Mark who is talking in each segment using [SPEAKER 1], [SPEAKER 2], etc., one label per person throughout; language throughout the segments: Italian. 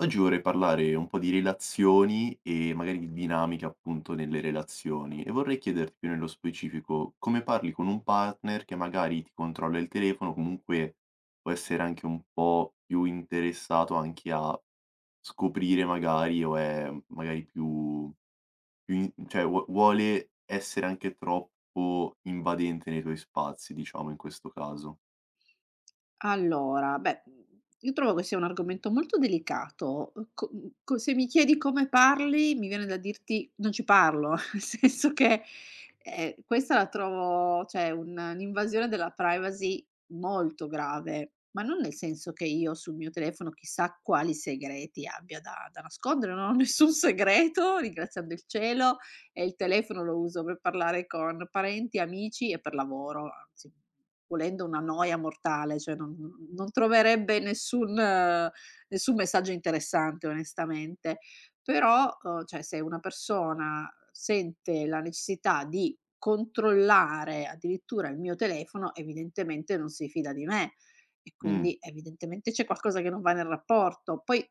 [SPEAKER 1] Oggi vorrei parlare un po' di relazioni e magari di dinamiche appunto nelle relazioni, e vorrei chiederti più nello specifico come parli con un partner che magari ti controlla il telefono. Comunque, può essere anche un po' più interessato anche a scoprire magari, o è magari più, cioè vuole essere anche troppo invadente nei tuoi spazi, diciamo, in questo caso.
[SPEAKER 2] Allora, beh, io trovo che sia un argomento molto delicato. Co mhmm, co Se mi chiedi come parli, mi viene da dirti: "Non ci parlo", nel senso che, questa la trovo, cioè, un'invasione della privacy molto grave, ma non nel senso che io sul mio telefono chissà quali segreti abbia da nascondere. Non ho nessun segreto, ringraziando il cielo, e il telefono lo uso per parlare con parenti, amici e per lavoro. Anzi, volendo, una noia mortale, cioè non troverebbe nessun nessun messaggio interessante, onestamente. Però, cioè, se una persona sente la necessità di controllare addirittura il mio telefono, evidentemente non si fida di me e
[SPEAKER 1] Mm,
[SPEAKER 2] quindi evidentemente c'è qualcosa che non va nel rapporto. Poi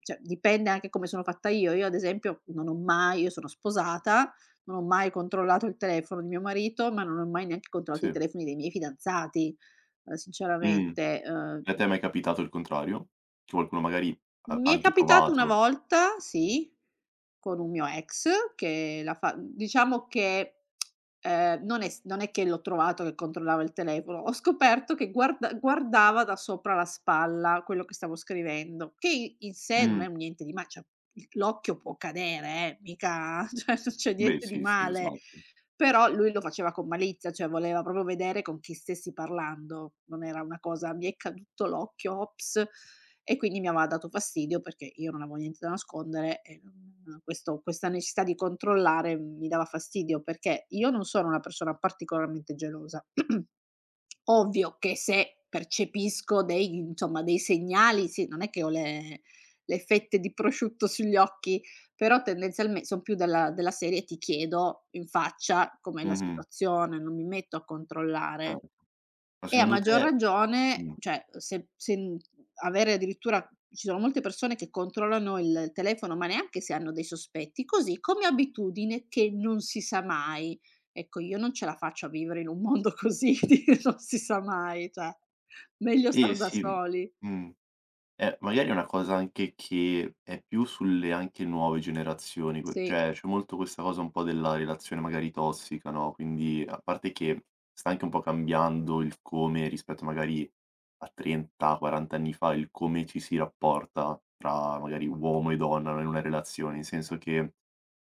[SPEAKER 2] cioè, dipende anche come sono fatta io. Io ad esempio non ho mai io sono sposata, non ho mai controllato il telefono di mio marito, ma non ho mai neanche controllato i
[SPEAKER 1] sì.
[SPEAKER 2] telefoni dei miei fidanzati,
[SPEAKER 1] Mm.
[SPEAKER 2] sinceramente,
[SPEAKER 1] E a te è mai capitato il contrario? Che qualcuno magari ha
[SPEAKER 2] mi
[SPEAKER 1] ha
[SPEAKER 2] è
[SPEAKER 1] anche
[SPEAKER 2] capitato una
[SPEAKER 1] provato?
[SPEAKER 2] volta, sì, con un mio ex che la fa, diciamo, che, non è s non è che l'ho trovato che controllava il telefono, ho scoperto che guardava da sopra la spalla quello che stavo scrivendo, che i in sé non
[SPEAKER 1] Mh,
[SPEAKER 2] è un niente di, ma cioè il l'occhio può cadere, mica, cioè, non c'è
[SPEAKER 1] beh
[SPEAKER 2] niente di
[SPEAKER 1] sì, sì,
[SPEAKER 2] male,
[SPEAKER 1] esatto.
[SPEAKER 2] però lui lo faceva con malizia, cioè voleva proprio vedere con chi stessi parlando, non era una cosa mi è caduto l'occhio, ops. E quindi mi aveva dato fastidio perché io non avevo niente da nascondere e non questo questa necessità di controllare mi dava fastidio, perché io non sono una persona particolarmente gelosa. Ovvio che se percepisco dei, insomma, dei segnali, sì, non è che ho le fette di prosciutto sugli occhi, però tendenzialme son più della serie: ti chiedo in faccia com'è la
[SPEAKER 1] Mh-mh,
[SPEAKER 2] situazione, non mi metto a controllare.
[SPEAKER 1] certo. Ma
[SPEAKER 2] E a
[SPEAKER 1] secondo
[SPEAKER 2] maggior
[SPEAKER 1] te...
[SPEAKER 2] ragione,
[SPEAKER 1] Mh,
[SPEAKER 2] cioè se se n avere addirittura, ci sono molte persone che controllano il telefono, ma neanche se hanno dei sospetti, così, come abitudine, che non si sa mai. Ecco, io non ce la faccio a vivere in un mondo così di non si sa mai, cioè, meglio
[SPEAKER 1] eh
[SPEAKER 2] star da
[SPEAKER 1] sì,
[SPEAKER 2] soli.
[SPEAKER 1] mh. Magari è una cosa anche che è più sulle anche nuove generazioni, que
[SPEAKER 2] Sì,
[SPEAKER 1] cioè c'è molto questa cosa un po' della relazione magari tossica, no? Quindi, a parte che sta anche un po' cambiando il come rispetto magari a 30, 40 anni fa, il come ci si rapporta tra magari uomo e donna, no, in una relazione, nel senso che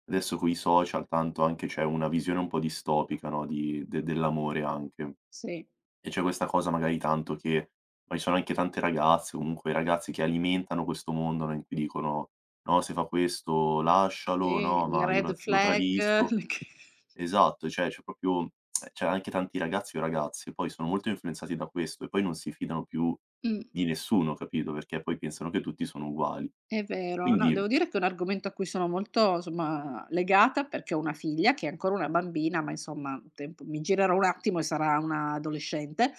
[SPEAKER 1] adesso coi social tanto anche c'è una visione un po' distopica, no, di de dell'amore anche.
[SPEAKER 2] sì,
[SPEAKER 1] E c'è questa cosa magari tanto, che poi sono anche tante ragazze, comunque ragazzi, che alimentano questo mondo, no, in cui dicono: "No, se fa questo lascialo,
[SPEAKER 2] sì,
[SPEAKER 1] no,
[SPEAKER 2] le
[SPEAKER 1] ma io la
[SPEAKER 2] red
[SPEAKER 1] lo
[SPEAKER 2] flag,
[SPEAKER 1] tradisco".
[SPEAKER 2] le che
[SPEAKER 1] Esatto, cioè c'è proprio, cioè anche tanti ragazzi o ragazze poi sono molto influenzati da questo, e poi non si fidano più
[SPEAKER 2] mh.
[SPEAKER 1] di nessuno, capito, perché poi pensano che tutti sono uguali.
[SPEAKER 2] È vero. No,
[SPEAKER 1] Quindi
[SPEAKER 2] devo dire che è un argomento a cui sono molto, somma, legata, perché ho una figlia che è ancora una bambina, ma insomma un tempo mi girerò un attimo e sarà una adolescente.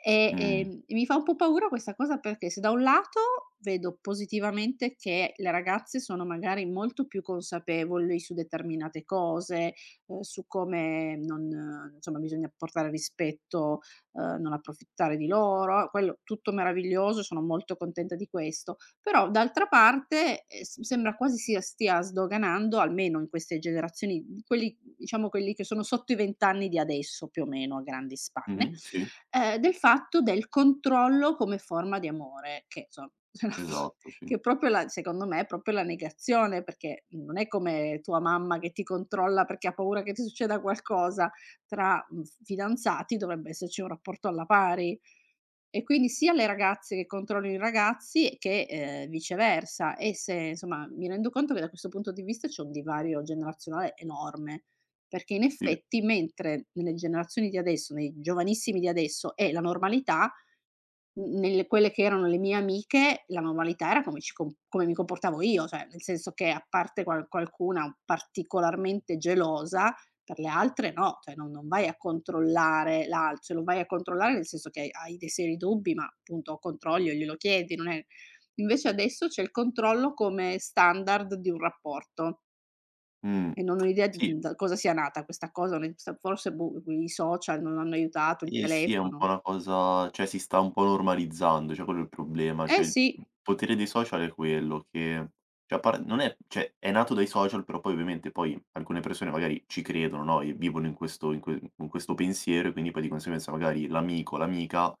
[SPEAKER 2] E,
[SPEAKER 1] mh,
[SPEAKER 2] mi fa un po' paura questa cosa perché se da un lato vedo positivamente che le ragazze sono magari molto più consapevoli su determinate cose, su come non, insomma, bisogna portare rispetto, non approfittare di loro, quello tutto meraviglioso, sono molto contenta di questo. Però d'altra parte, s sembra quasi sia stia sdoganando, almeno in queste generazioni, quelli, diciamo, quelli che sono sotto i 20 anni di adesso, più o meno a grandi spanne,
[SPEAKER 1] mh-mh, sì,
[SPEAKER 2] del fatto del controllo come forma di amore, che, insomma,
[SPEAKER 1] esatto, sì,
[SPEAKER 2] che è proprio la, secondo me è proprio la negazione, perché non è come tua mamma che ti controlla perché ha paura che ti succeda qualcosa, tra, mhmm, f fidanzati dovrebbe esserci un rapporto alla pari. E quindi sia le ragazze che controllano i ragazzi che, viceversa. E se, insomma, mi rendo conto che da questo punto di vista c'è un divario generazionale enorme, perché in
[SPEAKER 1] sì,
[SPEAKER 2] effetti mentre nelle generazioni di adesso, nei giovanissimi di adesso è la normalità, n nelle quelle che erano le mie amiche, la normalità era come mi comportavo io, cioè nel senso che a parte qualcuna particolarmente gelosa, per le altre no, cioè non vai a controllare l'al cioè lo vai a controllare nel senso che hai dei seri dubbi, ma appunto controlli o glielo chiedi, non è, invece adesso c'è il controllo come standard di un rapporto
[SPEAKER 1] mh,
[SPEAKER 2] e non ho idea di
[SPEAKER 1] sì.
[SPEAKER 2] da cosa sia nata questa cosa, ne sta forse, boh, i social non hanno aiutato, il
[SPEAKER 1] Sì, sì, è un po'
[SPEAKER 2] telefono.
[SPEAKER 1] una cosa, cioè si sta un po' normalizzando, cioè quello è il problema. Cioè,
[SPEAKER 2] Eh
[SPEAKER 1] il
[SPEAKER 2] sì,
[SPEAKER 1] potere dei social è quello che... cioè a par non è, cioè è nato dai social, però poi ovviamente poi alcune persone magari ci credono, no, e vivono in questo, in que con questo pensiero, e quindi poi di conseguenza magari l'amico, l'amica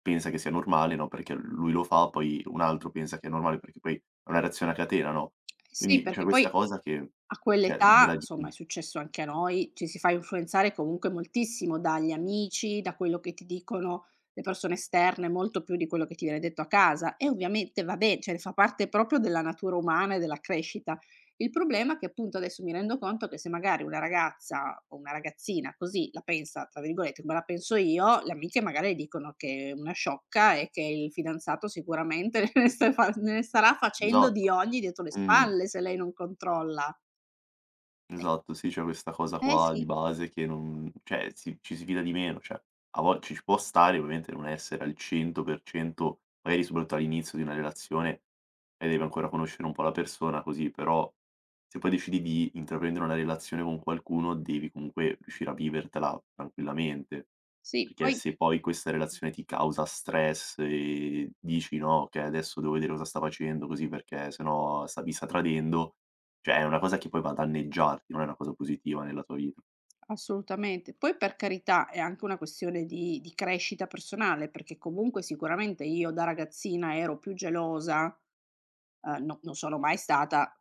[SPEAKER 1] pensa che sia normale, no, perché lui lo fa. Poi un altro pensa che è normale perché poi è una reazione a catena, no.
[SPEAKER 2] eh sì,
[SPEAKER 1] Quindi c'è
[SPEAKER 2] perché
[SPEAKER 1] questa
[SPEAKER 2] poi
[SPEAKER 1] cosa che,
[SPEAKER 2] a
[SPEAKER 1] cioè della...
[SPEAKER 2] quell'età, somma, è successo anche a noi, ci si fa influenzare comunque moltissimo dagli amici, da quello che ti dicono le persone esterne, molto più di quello che ti viene detto a casa e ovviamente vabbè, cioè fa parte proprio della natura umana e della crescita. Il problema è che appunto adesso mi rendo conto che se magari una ragazza o una ragazzina così la pensa, tra virgolette, "come la penso io", le amiche magari le dicono che è una sciocca e che il fidanzato sicuramente ne starà facendo di
[SPEAKER 1] esatto,
[SPEAKER 2] ogni dietro le
[SPEAKER 1] mh.
[SPEAKER 2] spalle se lei non controlla. Eh,
[SPEAKER 1] Esatto, sì, c'è questa cosa
[SPEAKER 2] eh
[SPEAKER 1] qua di
[SPEAKER 2] sì,
[SPEAKER 1] base, che non, cioè ci si fida di meno. Cioè a vol ci può stare, ovviamente, non essere al 100% magari, soprattutto all'inizio di una relazione, e devi ancora conoscere un po' la persona così. Però se poi decidi di intraprendere una relazione con qualcuno devi comunque riuscire a vivertela tranquillamente,
[SPEAKER 2] sì,
[SPEAKER 1] perché
[SPEAKER 2] poi
[SPEAKER 1] se poi questa relazione ti causa stress e dici: "No, okay, adesso devo vedere cosa sta facendo, così, perché se no sta mi sta tradendo", cioè è una cosa che poi va a danneggiarti, non è una cosa positiva nella tua vita.
[SPEAKER 2] assolutamente. Poi per carità è anche una questione di crescita personale, perché comunque sicuramente io da ragazzina ero più gelosa, no, non sono mai stata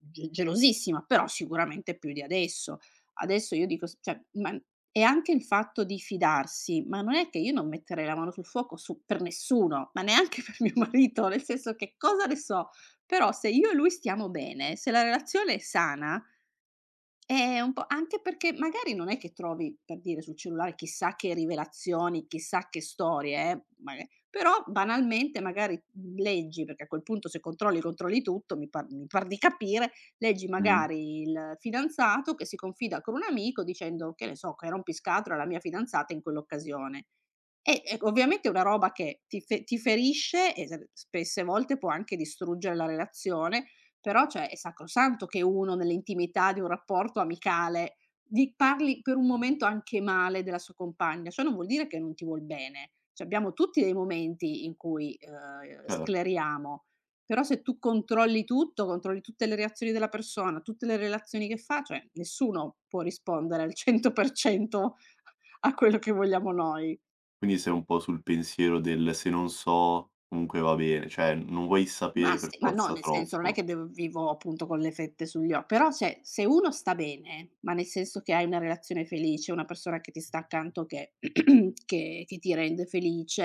[SPEAKER 2] ge gelosissima, però sicuramente più di adesso. Adesso io dico s cioè, ma e anche il fatto di fidarsi, ma non è che io non metterei la mano sul fuoco su per nessuno, ma neanche per mio marito, nel senso che cosa ne so, però se io e lui stiamo bene, se la relazione è sana. Un po' anche perché magari non è che trovi, per dire, sul cellulare chissà che rivelazioni, chissà che storie, maga però banalmente magari, leggi, perché a quel punto se controlli, controlli tutto, mi par di capire, leggi
[SPEAKER 1] Mh,
[SPEAKER 2] magari il fidanzato che si confida con un amico dicendo, che ne so, che rompiscatole alla mia fidanzata in quell'occasione. E ovviamente è una roba che ti ferisce e s spesse volte può anche distruggere la relazione, però cioè è sacrosanto che uno nell'intimità di un rapporto amicale di parli per un momento anche male della sua compagna, cioè non vuol dire che non ti vuol bene. Cioè abbiamo tutti dei momenti in cui,
[SPEAKER 1] cer
[SPEAKER 2] scleriamo, però se tu controlli tutto, controlli tutte le reazioni della persona, tutte le relazioni che fa, cioè nessuno può rispondere al 100% a quello che vogliamo noi.
[SPEAKER 1] quindi sei un po' sul pensiero del: "Se non so, comunque va bene." Cioè, non vuoi
[SPEAKER 2] Ma
[SPEAKER 1] sapere per
[SPEAKER 2] sì, ma no,
[SPEAKER 1] forza
[SPEAKER 2] nel senso non è
[SPEAKER 1] troppo.
[SPEAKER 2] che dev vivo appunto con le fette sugli o, però, cioè, se uno sta bene, ma nel senso che hai una relazione felice, una persona che ti sta accanto che che ti rende felice,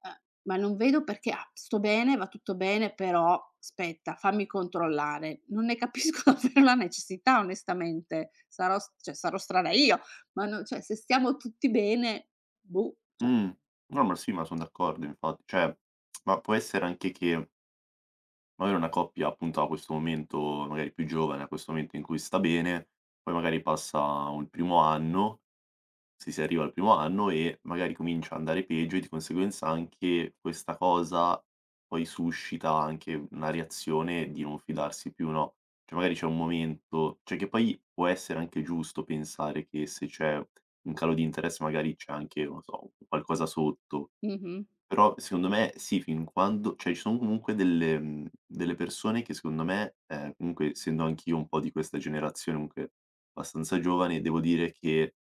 [SPEAKER 2] ma non vedo perché: "Ah, sto bene, va tutto bene, però aspetta, fammi controllare." Non ne capisco davvero la necessità, onestamente. Sarò s cioè sarò strana io, ma, no, cioè se stiamo tutti bene, boh, cioè
[SPEAKER 1] Mh, no, ma sì, ma son d'accordo, infatti. Cioè, ma può essere anche che magari una coppia appunto ha questo momento magari più giovane, ha questo momento in cui sta bene, poi magari passa un primo anno. Se si arriva al primo anno e magari comincia a andare peggio, e di conseguenza anche questa cosa poi suscita anche una reazione di non fidarsi più, no, cioè magari c'è un momento, cioè, che poi può essere anche giusto pensare che se c'è un calo di interesse magari c'è anche, non so, qualcosa sotto.
[SPEAKER 2] mh-mh.
[SPEAKER 1] Però secondo me sì, fin quando, cioè, ci sono comunque delle delle persone che secondo me, comunque, essendo anch'io un po' di questa generazione, comunque abbastanza giovane, devo dire che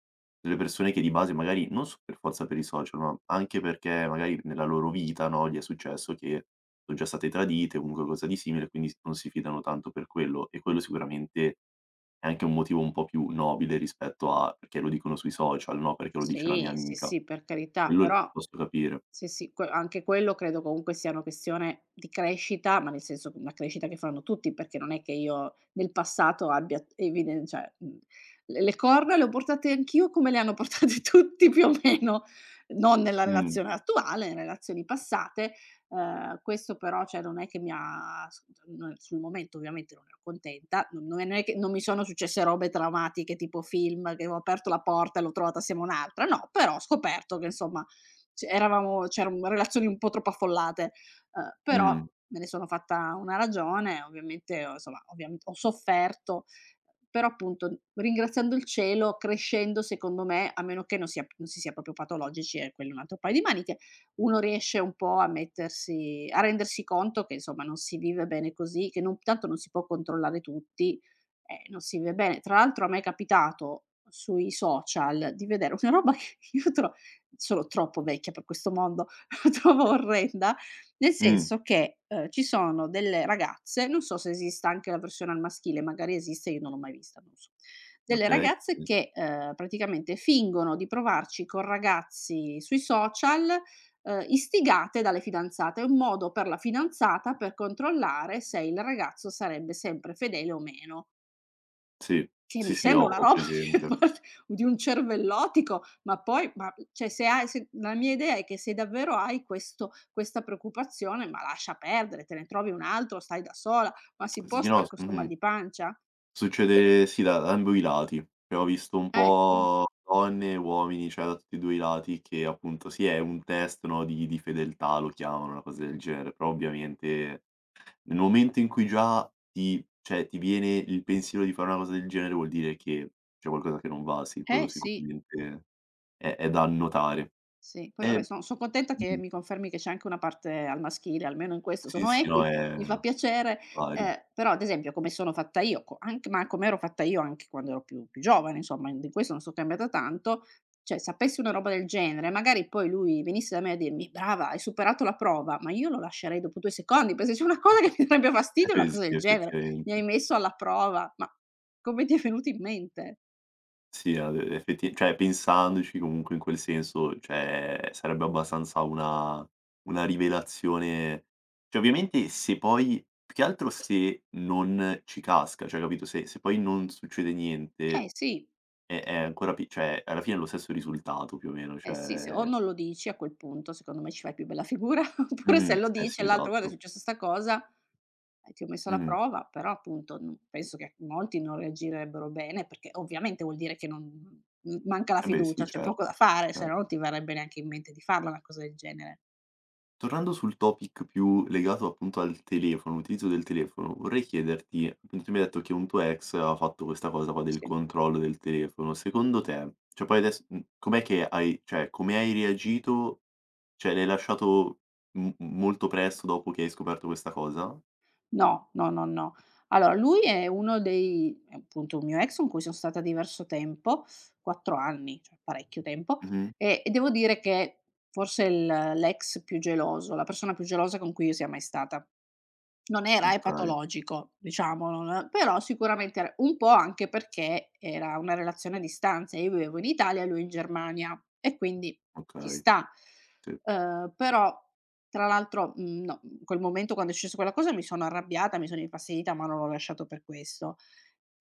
[SPEAKER 1] delle persone che di base magari non so per forza per i social, ma anche perché magari nella loro vita, no, gli è successo che son già state tradite o comunque cosa di simile, quindi s non si fidano tanto per quello. E quello sicuramente è anche un motivo un po' più nobile rispetto a: "Perché lo dicono sui social, no, perché lo dice la mia
[SPEAKER 2] Sì, sì,
[SPEAKER 1] amica".
[SPEAKER 2] sì, per carità,
[SPEAKER 1] Quello lo
[SPEAKER 2] però
[SPEAKER 1] posso capire.
[SPEAKER 2] sì, sì, que anche quello credo comunque sia una questione di crescita, ma nel senso che una crescita che fanno tutti, perché non è che io nel passato abbia eviden cioè, le corna le ho portate anch'io come le hanno portate tutti più o meno, non nella
[SPEAKER 1] Mh,
[SPEAKER 2] relazione attuale, in relazioni passate. Questo però, cioè, non è che mi ha s non sul momento ovviamente non ero contenta, non è che non mi sono successe robe traumatiche tipo film, che avevo aperto la porta e l'ho trovata assieme a un'altra, no, però ho scoperto che insomma eravamo, c'erano relazioni un po' troppo affollate, però
[SPEAKER 1] mh,
[SPEAKER 2] me ne sono fatta una ragione, ovviamente, insomma, ovviamente ho sofferto, però appunto ringraziando il cielo, crescendo secondo me, a meno che non si sia proprio patologici, è quello è un altro paio di maniche, uno riesce un po' a mettersi, a rendersi conto che insomma non si vive bene così, che non, tanto non si può controllare tutti, non si vive bene. Tra l'altro a me è capitato sui social di vedere una roba che io tro- sono troppo vecchia per questo mondo, la trovo orrenda, nel
[SPEAKER 1] mh,
[SPEAKER 2] senso che, ci sono delle ragazze, non so se esista anche la versione al maschile, magari esiste, io non l'ho mai vista, non so. Delle
[SPEAKER 1] okay,
[SPEAKER 2] ragazze
[SPEAKER 1] sì,
[SPEAKER 2] che, praticamente fingono di provarci con ragazzi sui social, istigate dalle fidanzate. È un modo per la fidanzata per controllare se il ragazzo sarebbe sempre fedele o meno.
[SPEAKER 1] sì,
[SPEAKER 2] Che
[SPEAKER 1] sì,
[SPEAKER 2] mi
[SPEAKER 1] sì, ho
[SPEAKER 2] sembra una
[SPEAKER 1] ho
[SPEAKER 2] roba
[SPEAKER 1] presente.
[SPEAKER 2] di un cervellotico, ma poi, ma, cioè, se hai se la mia idea è che se davvero hai questo questa preoccupazione, ma lascia perdere, te ne trovi un altro, stai da sola, ma si
[SPEAKER 1] Sì,
[SPEAKER 2] può
[SPEAKER 1] sì, no,
[SPEAKER 2] star
[SPEAKER 1] s
[SPEAKER 2] co' 'sto mal
[SPEAKER 1] mh-mh,
[SPEAKER 2] di pancia?
[SPEAKER 1] succede sì da da ambo i lati. Cioè, ho visto un
[SPEAKER 2] Ecco.
[SPEAKER 1] po' donne e uomini, cioè da tutti e 2 i lati, che appunto sì, è un test, no, di fedeltà lo chiamano, una cosa del genere, però ovviamente nel momento in cui già ti cioè ti viene il pensiero di fare una cosa del genere vuol dire che c'è qualcosa che non va, sì, quello
[SPEAKER 2] Eh sì.
[SPEAKER 1] sicuramente è da annotare.
[SPEAKER 2] Sì, poi vabbè,
[SPEAKER 1] E
[SPEAKER 2] son contenta che
[SPEAKER 1] Mh-mh,
[SPEAKER 2] mi confermi che c'è anche una parte al maschile, almeno in questo
[SPEAKER 1] sì,
[SPEAKER 2] sono
[SPEAKER 1] sì, no,
[SPEAKER 2] equi,
[SPEAKER 1] è
[SPEAKER 2] mi fa piacere,
[SPEAKER 1] pari.
[SPEAKER 2] però ad esempio come sono fatta io, co anche ma come ero fatta io anche quando ero più giovane, insomma, in di questo non so' cambiata tanto, cioè sapessi una roba del genere, magari poi lui venisse da me a dirmi: "Brava, hai superato la prova", ma io lo lascerei dopo 2 secondi, perché se c'è una cosa che mi darebbe
[SPEAKER 1] Eh
[SPEAKER 2] fastidio è una
[SPEAKER 1] beh
[SPEAKER 2] cosa
[SPEAKER 1] sì,
[SPEAKER 2] del genere. "Mi hai
[SPEAKER 1] effettivamente.
[SPEAKER 2] messo alla prova", ma come ti è venuto in mente?
[SPEAKER 1] Sì, ad effetti, cioè pensandoci comunque in quel senso, cioè sarebbe abbastanza una... una rivelazione. Cioè, ovviamente, se poi più che altro se non ci casca, cioè, capito, se se poi non succede niente
[SPEAKER 2] Eh sì.
[SPEAKER 1] è ancora pi cioè alla fine è lo stesso risultato più o meno.
[SPEAKER 2] Eh sì, se o
[SPEAKER 1] Cioè
[SPEAKER 2] non lo dici a quel punto, secondo me ci fai più bella figura, oppure se
[SPEAKER 1] mh-mh,
[SPEAKER 2] lo
[SPEAKER 1] eh
[SPEAKER 2] dici
[SPEAKER 1] sì,
[SPEAKER 2] all'altro: "Guarda, è
[SPEAKER 1] esatto.
[SPEAKER 2] successa 'sta cosa, ti ho messo alla
[SPEAKER 1] Mh-mh.
[SPEAKER 2] prova", però appunto n penso che molti non reagirebbero bene, perché ovviamente vuol dire che non m manca la
[SPEAKER 1] Eh beh sì,
[SPEAKER 2] fiducia, c'è poco da
[SPEAKER 1] certo.
[SPEAKER 2] fare, se
[SPEAKER 1] cer
[SPEAKER 2] no non ti verrebbe neanche in mente di farla una cosa del genere.
[SPEAKER 1] Tornando sul topic più legato appunto al telefono, utilizzo del telefono, vorrei chiederti: appunto tu mi hai detto che un tuo ex aveva fatto questa cosa qua del
[SPEAKER 2] Sì.
[SPEAKER 1] controllo del telefono, secondo te, cioè, poi adesso, com'è che hai, cioè come hai reagito? Cioè l'hai lasciato m molto presto dopo che hai scoperto questa cosa?
[SPEAKER 2] No, no, no, no. Allora lui è uno dei è appunto un mio ex con cui sono stata diverso tempo, 4 anni, cioè parecchio tempo,
[SPEAKER 1] Mh-mh.
[SPEAKER 2] e devo dire che forse il l'ex più geloso, la persona più gelosa con cui io sia mai stata. Non era,
[SPEAKER 1] Okay,
[SPEAKER 2] patologico, diciamo, non, però sicuramente era un po' anche perché era una relazione a distanza, io vivevo in Italia e lui in Germania e quindi ci
[SPEAKER 1] okay,
[SPEAKER 2] sta.
[SPEAKER 1] sì.
[SPEAKER 2] Però tra l'altro, no, in quel momento quando è successo quella cosa mi sono arrabbiata, mi sono infastidita, ma non l'ho lasciato per questo.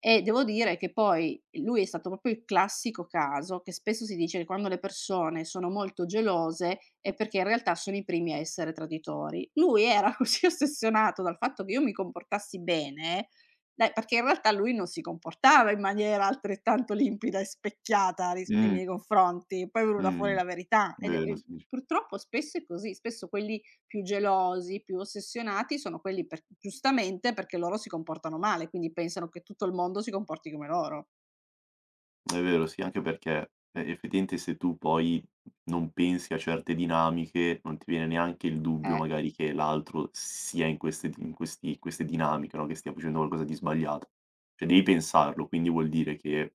[SPEAKER 2] E devo dire che poi lui è stato proprio il classico caso che spesso si dice che quando le persone sono molto gelose è perché in realtà sono i primi a essere traditori. Lui era così ossessionato dal fatto che io mi comportassi bene, dai, perché in realtà lui non si comportava in maniera altrettanto limpida e specchiata ris nei
[SPEAKER 1] Mh,
[SPEAKER 2] miei confronti. Poi è venuta fuori
[SPEAKER 1] mh,
[SPEAKER 2] la verità ed è
[SPEAKER 1] vero,
[SPEAKER 2] e
[SPEAKER 1] sì.
[SPEAKER 2] purtroppo spesso è così, spesso quelli più gelosi, più ossessionati sono quelli per giustamente perché loro si comportano male, quindi pensano che tutto il mondo si comporti come loro.
[SPEAKER 1] È vero, sì, anche perché, effettivamente, se tu poi non pensi a certe dinamiche, non ti viene neanche il dubbio
[SPEAKER 2] Eh,
[SPEAKER 1] magari che l'altro sia in queste di in questi queste dinamiche, no, che stia facendo qualcosa di sbagliato. Cioè devi pensarlo, quindi vuol dire che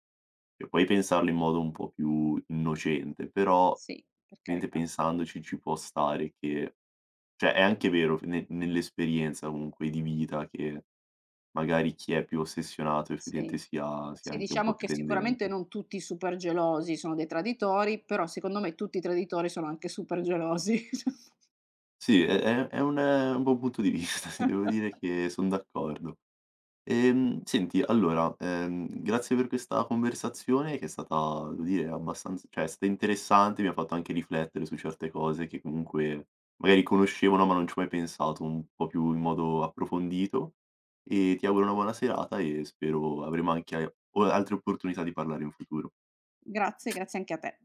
[SPEAKER 1] puoi pensarlo in modo un po' più innocente, però
[SPEAKER 2] sì, per
[SPEAKER 1] ovviamente
[SPEAKER 2] carità,
[SPEAKER 1] pensandoci ci può stare che, cioè è anche vero, f ne nell'esperienza comunque di vita, che magari chi è più ossessionato
[SPEAKER 2] sì.
[SPEAKER 1] effettivamente sia
[SPEAKER 2] Sì,
[SPEAKER 1] anche un po'
[SPEAKER 2] diciamo
[SPEAKER 1] più
[SPEAKER 2] che sicuramente
[SPEAKER 1] tendente.
[SPEAKER 2] non tutti i super gelosi sono dei traditori, però secondo me tutti i traditori sono anche super gelosi.
[SPEAKER 1] Sì, è un buon punto di vista, ti devo dire che son d'accordo. Senti, allora, grazie per questa conversazione che è stata, devo dire, abbastanz cioè è stata interessante, mi ha fatto anche riflettere su certe cose che comunque magari conoscevo, no, ma non ci ho mai pensato un po' più in modo approfondito, e ti auguro una buona serata e spero avremo anche o altre opportunità di parlare in futuro.
[SPEAKER 2] Grazie, grazie anche a te.